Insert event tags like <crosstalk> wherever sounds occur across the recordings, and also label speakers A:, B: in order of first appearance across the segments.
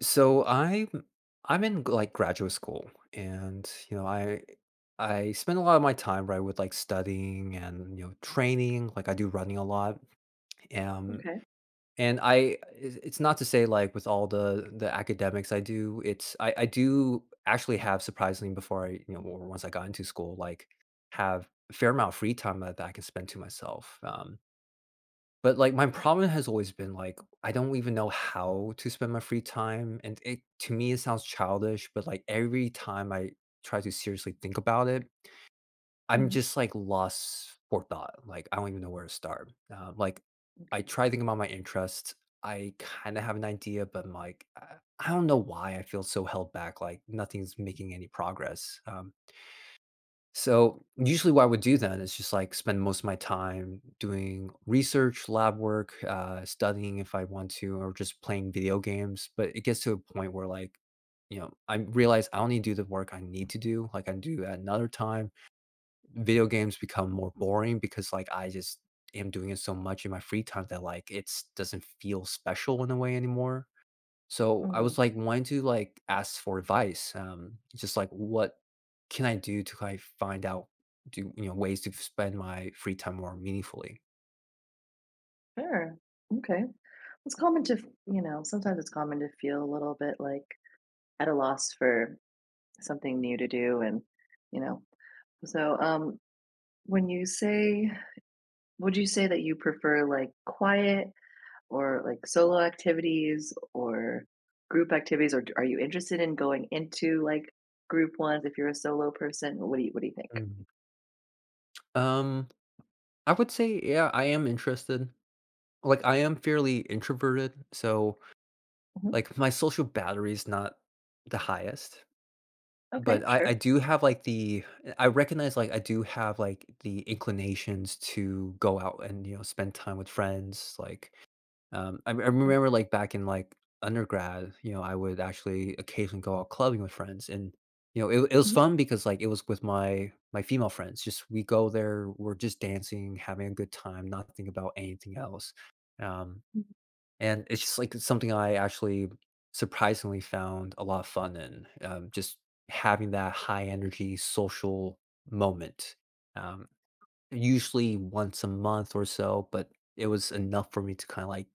A: So I'm in like graduate school, and I spend a lot of my time right with like studying and training. Like I do running a lot, um,
B: Okay.
A: and I it's not to say like with all the academics I do, it's I do actually have surprisingly before I or once I got into school like have a fair amount of free time that I can spend to myself. But, like, my problem has always been, like, I don't even know how to spend my free time, and it to me, it sounds childish, but, like, every time I try to seriously think about it, I'm
B: Mhm.
A: just, like, lost for thought, like, I don't even know where to start. Like, I
B: Okay.
A: try thinking about my interests, I kinda have an idea, but I'm like, I don't know why I feel so held back, like, nothing's making any progress, so, usually what I would do then is just, like, spend most of my time doing research, lab work, studying if I want to, or just playing video games, but it gets to a point where, like, I realize I only do the work I need to do, like, I do at another time. Video games become more boring because, like, I just am doing it so much in my free time that, like, it's doesn't feel special in a way anymore. So I was
B: Mhm.
A: like wanting to like ask for advice, just like what can I do to kind of find out do you know ways to spend my free time more meaningfully.
B: Sure. Okay. It's common to, sometimes it's common to feel a little bit like at a loss for something new to do and, you know. So when you say would you say that you prefer like quiet or like solo activities or group activities or d- are you interested in going into like group ones if you're a solo person? What do you think?
A: Mm. Um, I would say yeah, I am interested. Like I am fairly introverted, so
B: Mhm.
A: like my social battery is not the highest,
B: Okay,
A: but I
B: sure.
A: I do have like the I recognize like I do have like the inclinations to go out and spend time with friends, like. I
B: Okay.
A: remember, like, back in, like, undergrad, I would actually occasionally go out clubbing with friends, and, it was
B: Mhm.
A: fun because, like, it was with my female friends, just we go there, we're just dancing, having a good time, not thinking about anything else, um,
B: Mhm.
A: and it's just, like, something I actually surprisingly found a lot of fun in, just having that high energy social moment, um, usually once a month or so, but it was enough for me to kinda, like,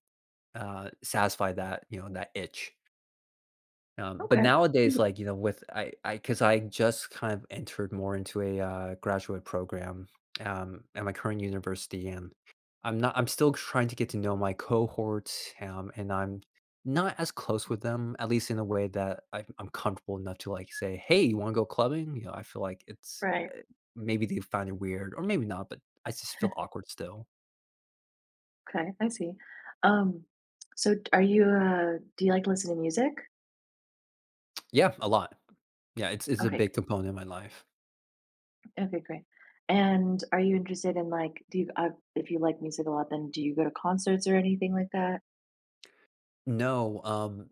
A: satisfy that itch. But
B: Okay.
A: nowadays,
B: Mhm.
A: like, you know, with I because I just kind of entered more into a, graduate program, at my current university, and I'm not I'm still trying to get to know my cohorts, and I'm not as close with them, at least in a way that I'm comfortable enough to, like, say, "Hey, you wanna go clubbing?" You know, I feel like it's,
B: Right.
A: eh maybe they find it weird or maybe not, but I just feel awkward still.
B: Okay, I see. Um, so d- are you do you like to listen to music?
A: Yeah, a lot. Yeah, it's a
B: Okay, g-
A: big component in my life.
B: okay, great. And are you interested in like do you if you like music a lot, then do you go to concerts or anything like that?
A: No,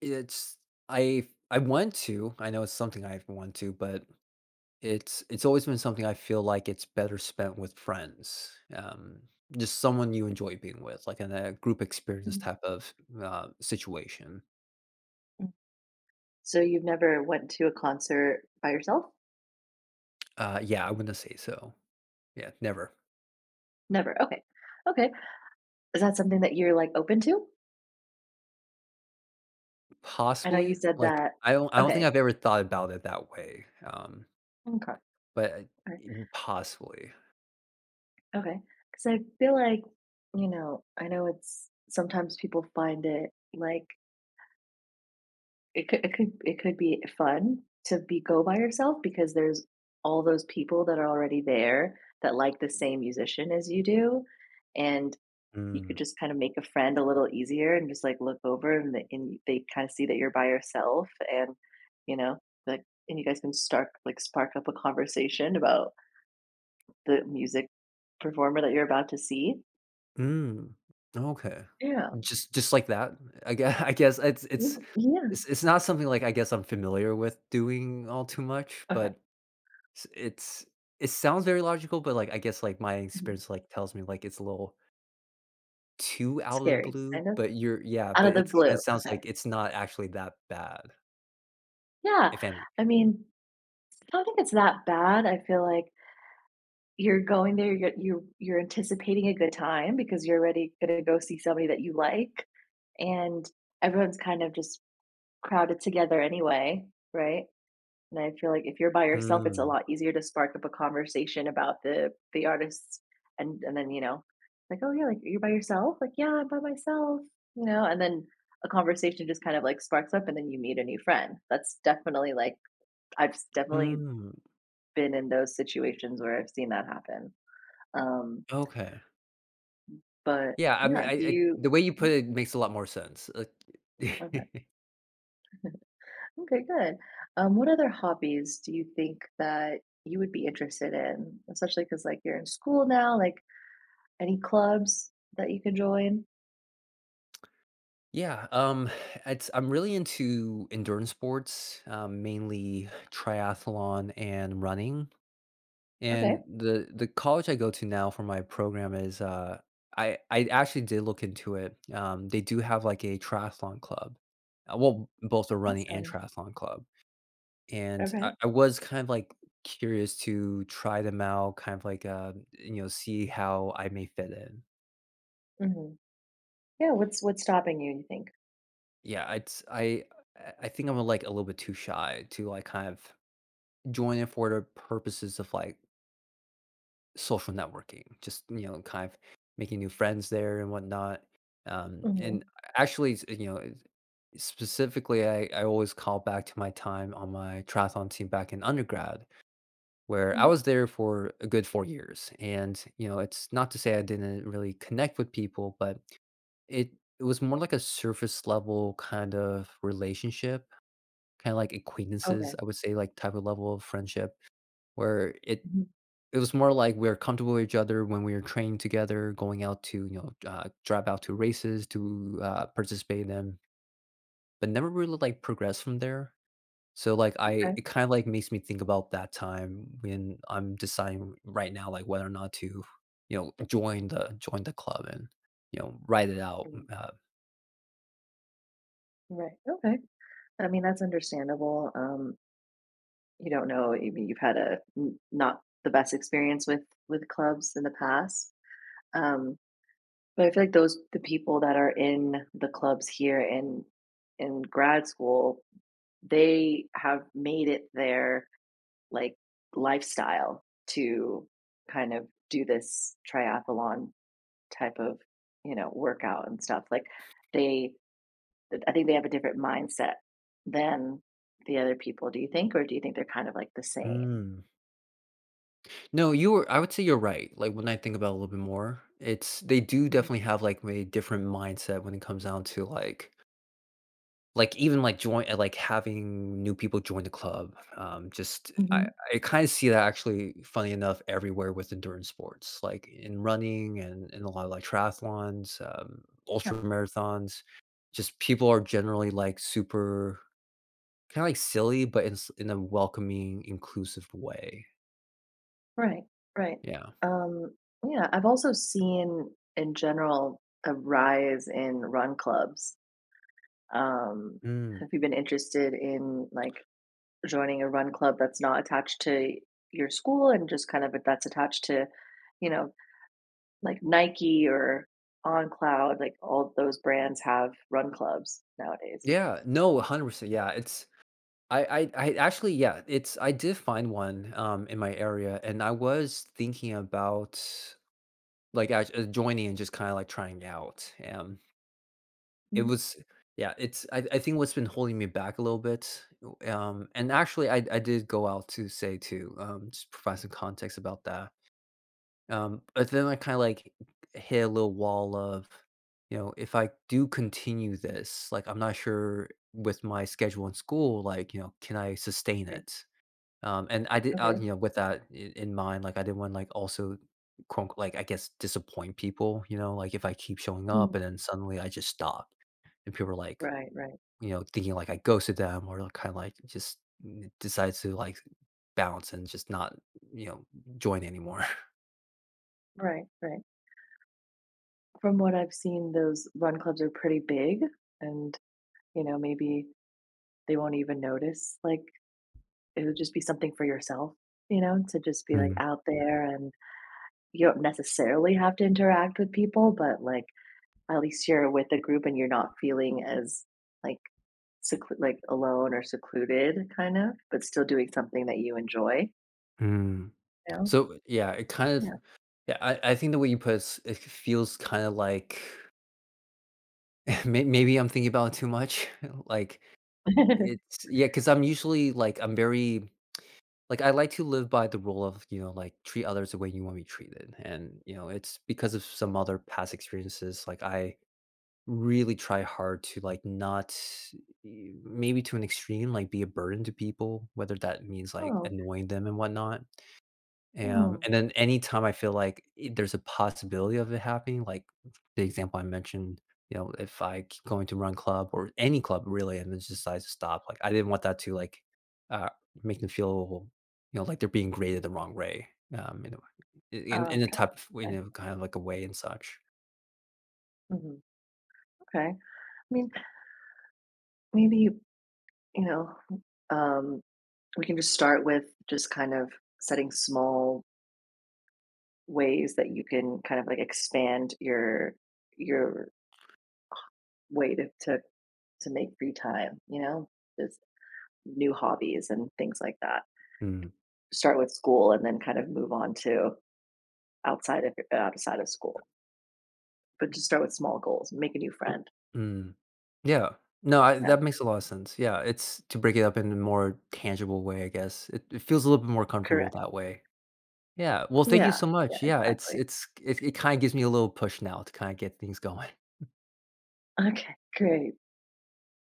A: it's I want to. I know it's something I want to, but it's always been something I feel like it's better spent with friends. Just someone you enjoy being with, like in a group experience
B: Mhm,
A: type of situation.
B: mm. So you've never went to a concert by yourself?
A: Yeah, I wouldn't say so. Yeah, never.
B: Never. Okay. Okay. Is that something that you're like open to? I know you
A: Possibly.
B: said
A: Like
B: that.
A: I don't think
B: Okay.
A: I've ever thought about it that way.
B: Okay.
A: But
B: Okay.
A: possibly.
B: Okay. Because I feel like, you know, I know it's sometimes people find it like it could be fun to be go by yourself because there's all those people that are already there that like the same musician as you do, and you could
A: Mm.
B: just kind of make a friend a little easier and just, like, look over and they kinda see that you're by yourself and, you know, like and you guys can start like, spark up a conversation about the music performer that you're about to see.
A: Mm, okay.
B: Yeah.
A: Just like that? I guess. <laughs> I guess it's it's
B: Mm, yeah.
A: it's it's not something, like, I guess I'm familiar with doing all too much,
B: Okay.
A: but s it sounds very logical, but, like, I guess, like, my
B: Mhm.
A: experience, like, tells me, like, it's a little too out of the
B: Scary,
A: blue,
B: kind of.
A: but you're yeah,
B: Out
A: but
B: of the
A: it kinda
B: blue,
A: sounds
B: okay.
A: like it's not actually that bad,
B: Yeah,
A: if any.
B: I mean, I don't think it's that bad. I feel like you're going there, you're anticipating a good time because you're already gonna go see somebody that you like, and everyone's kind of just crowded together anyway, right? And I feel like if you're by yourself, it's a
A: Mm,
B: lot easier to spark up a conversation about the artists, and then you know, like oh yeah, like you're by yourself, like yeah, I'm by myself, you know, and then a conversation just kind of like sparks up, and then you meet a new friend. That's definitely like I've s- definitely
A: mm,
B: been in those situations where I've seen that happen. Um,
A: okay.
B: but
A: Yeah, I mean,
B: yeah, do
A: I
B: you
A: the way you put
B: mhm,
A: it makes a lot more sense, like.
B: okay.
A: <laughs>
B: Okay, good. What other hobbies do you think that you would be interested in, especially because like, you're in school now, like, any clubs that you could join?
A: Yeah, it's I'm really into endurance sports, mainly triathlon and running.
B: Okay,
A: And the college I go to now for my program is. I actually did look into it. They do have like a triathlon club. Well, both a running and
B: awesome.
A: triathlon club. And I,
B: Okay.
A: I was kind of like curious to try them out, kind of like see how I may fit in.
B: Mhm. Yeah, what's stopping you, you think?
A: Yeah, it's I think I'm like a little bit too shy to like kind of join it for the purposes of like social networking, just kind of making new friends there and whatnot. And
B: Mhm.
A: actually, specifically, I always call back to my time on my triathlon team back in undergrad, where I
B: Mhm.
A: was there for a good 4 years. And it's not to say I didn't really connect with people, but it it was more like a surface level kind of relationship, kind of like acquaintances,
B: Okay.
A: I would say, like type of level of friendship where it
B: Mhm.
A: It was more like we're comfortable with each other when we were training together, going out to, drive out to races to participate in them, but never really like progress from there. So like
B: Okay.
A: it kind of like makes me think about that time when I'm deciding right now like whether or not to, join the club and write it out.
B: Mhm. Right, okay. I mean, that's understandable, um, you don't know, I mean, you've had a n not the best experience with clubs in the past, um, but I feel like those the people that are in the clubs here in grad school, they have made it their, like, lifestyle to kind of do this triathlon type of, you know, workout and stuff, like, they I think they have a different mindset than the other people, do you think, or do you think they're kind of, like, the same?
A: Mm. No, you were. I would say you're right. Like when I think about it a little bit more, it's they do definitely have like a different mindset when it comes down to like. Like, even, like, join like, having new people join the club, just I
B: Mhm.
A: I kinda see that actually, funny enough, everywhere with endurance sports, like, in running and in a lot of, like, triathlons,
B: Yeah,
A: ultra marathons, just people are generally, like, super kinda, like, silly, but in a welcoming, inclusive way.
B: right, right.
A: Yeah.
B: Um, yeah, I've also seen in general a rise in run clubs. Um,
A: Mm.
B: have you been interested in like joining a run club that's not attached to your school and just kind of that's attached to, you know, like Nike or OnCloud, like all those brands have run clubs nowadays.
A: Yeah, no, 100%, yeah, it's I actually yeah, it's I did find one, in my area, and I was thinking about. Like, I joining and just kinda, like, trying out, it
B: Mhm,
A: was yeah, it's I think what's been holding me back a little bit, and actually, I did go out to say too, just provide some context about that, but then I kinda, like, hit a little wall of, you know, if I do continue this, like, I'm not sure with my schedule in school, like, can I sustain
B: right.
A: it? And I did,
B: Okay.
A: with that I in mind, like, I didn't want, like, also, quote, unquote, like, I guess, disappoint people, you know? Like, if I keep showing
B: Mm.
A: up and then suddenly I just stop and people are, like,
B: Right, right,
A: thinking, like, I ghosted them or like, kinda, like, just n decides to, like, bounce and just not, you know, join anymore. <laughs>
B: right, right. From what I've seen, those run clubs are pretty big and you know, maybe they won't even notice, like, it would just be something for yourself, you know, to just be, like,
A: Mm,
B: out there and you don't necessarily have to interact with people, but, like, at least you're with a group and you're not feeling as, like, seclu like, alone or secluded, kind of, but still doing something that you enjoy,
A: mm.
B: you know?
A: So, yeah, it kind of yeah, I think the way you put it's it feels kinda like <laughs> maybe I'm thinking about it too much. <laughs> Like,
B: Yeah. <laughs>
A: it's yeah, because 'cause I'm usually, like, I'm very. Like, I like to live by the rule of, like, treat others the way you want to be treated, and, it's because of some other past experiences, like, I really try hard to, like, not e maybe to an extreme, like, be a burden to people, whether that means, like,
B: Oh,
A: annoying them and whatnot.
B: hmm.
A: And then anytime I feel like I there's a possibility of it happening, like the example I mentioned, you know, if I keep going to run club or any club really and then just decides to stop, like, I didn't want that to, like, uh, make them feel, you know, like they're being graded the wrong way, in
B: Oh,
A: a
B: okay.
A: type of in
B: I
A: a kind of like a way and such.
B: mhm, okay. I mean, maybe, you know, um, we can just start with just kind of setting small ways that you can kind of like expand your way to make free time, you know? Just new hobbies and things like that.
A: Mm,
B: Start with school and then kind of move on to outside of school. But just start with small goals, make a new friend.
A: mm. Yeah. No, I
B: Yeah.
A: that makes a lot of sense. Yeah, it's to break it up in a more tangible way, I guess. It feels a little bit more comfortable
B: Correct.
A: that way. Yeah, well, thank you
B: Yeah.
A: so
B: Yeah,
A: much. Yeah, it's
B: exactly.
A: it's it it kinda gives me a little push now to kinda get things <laughs> going.
B: Okay, great.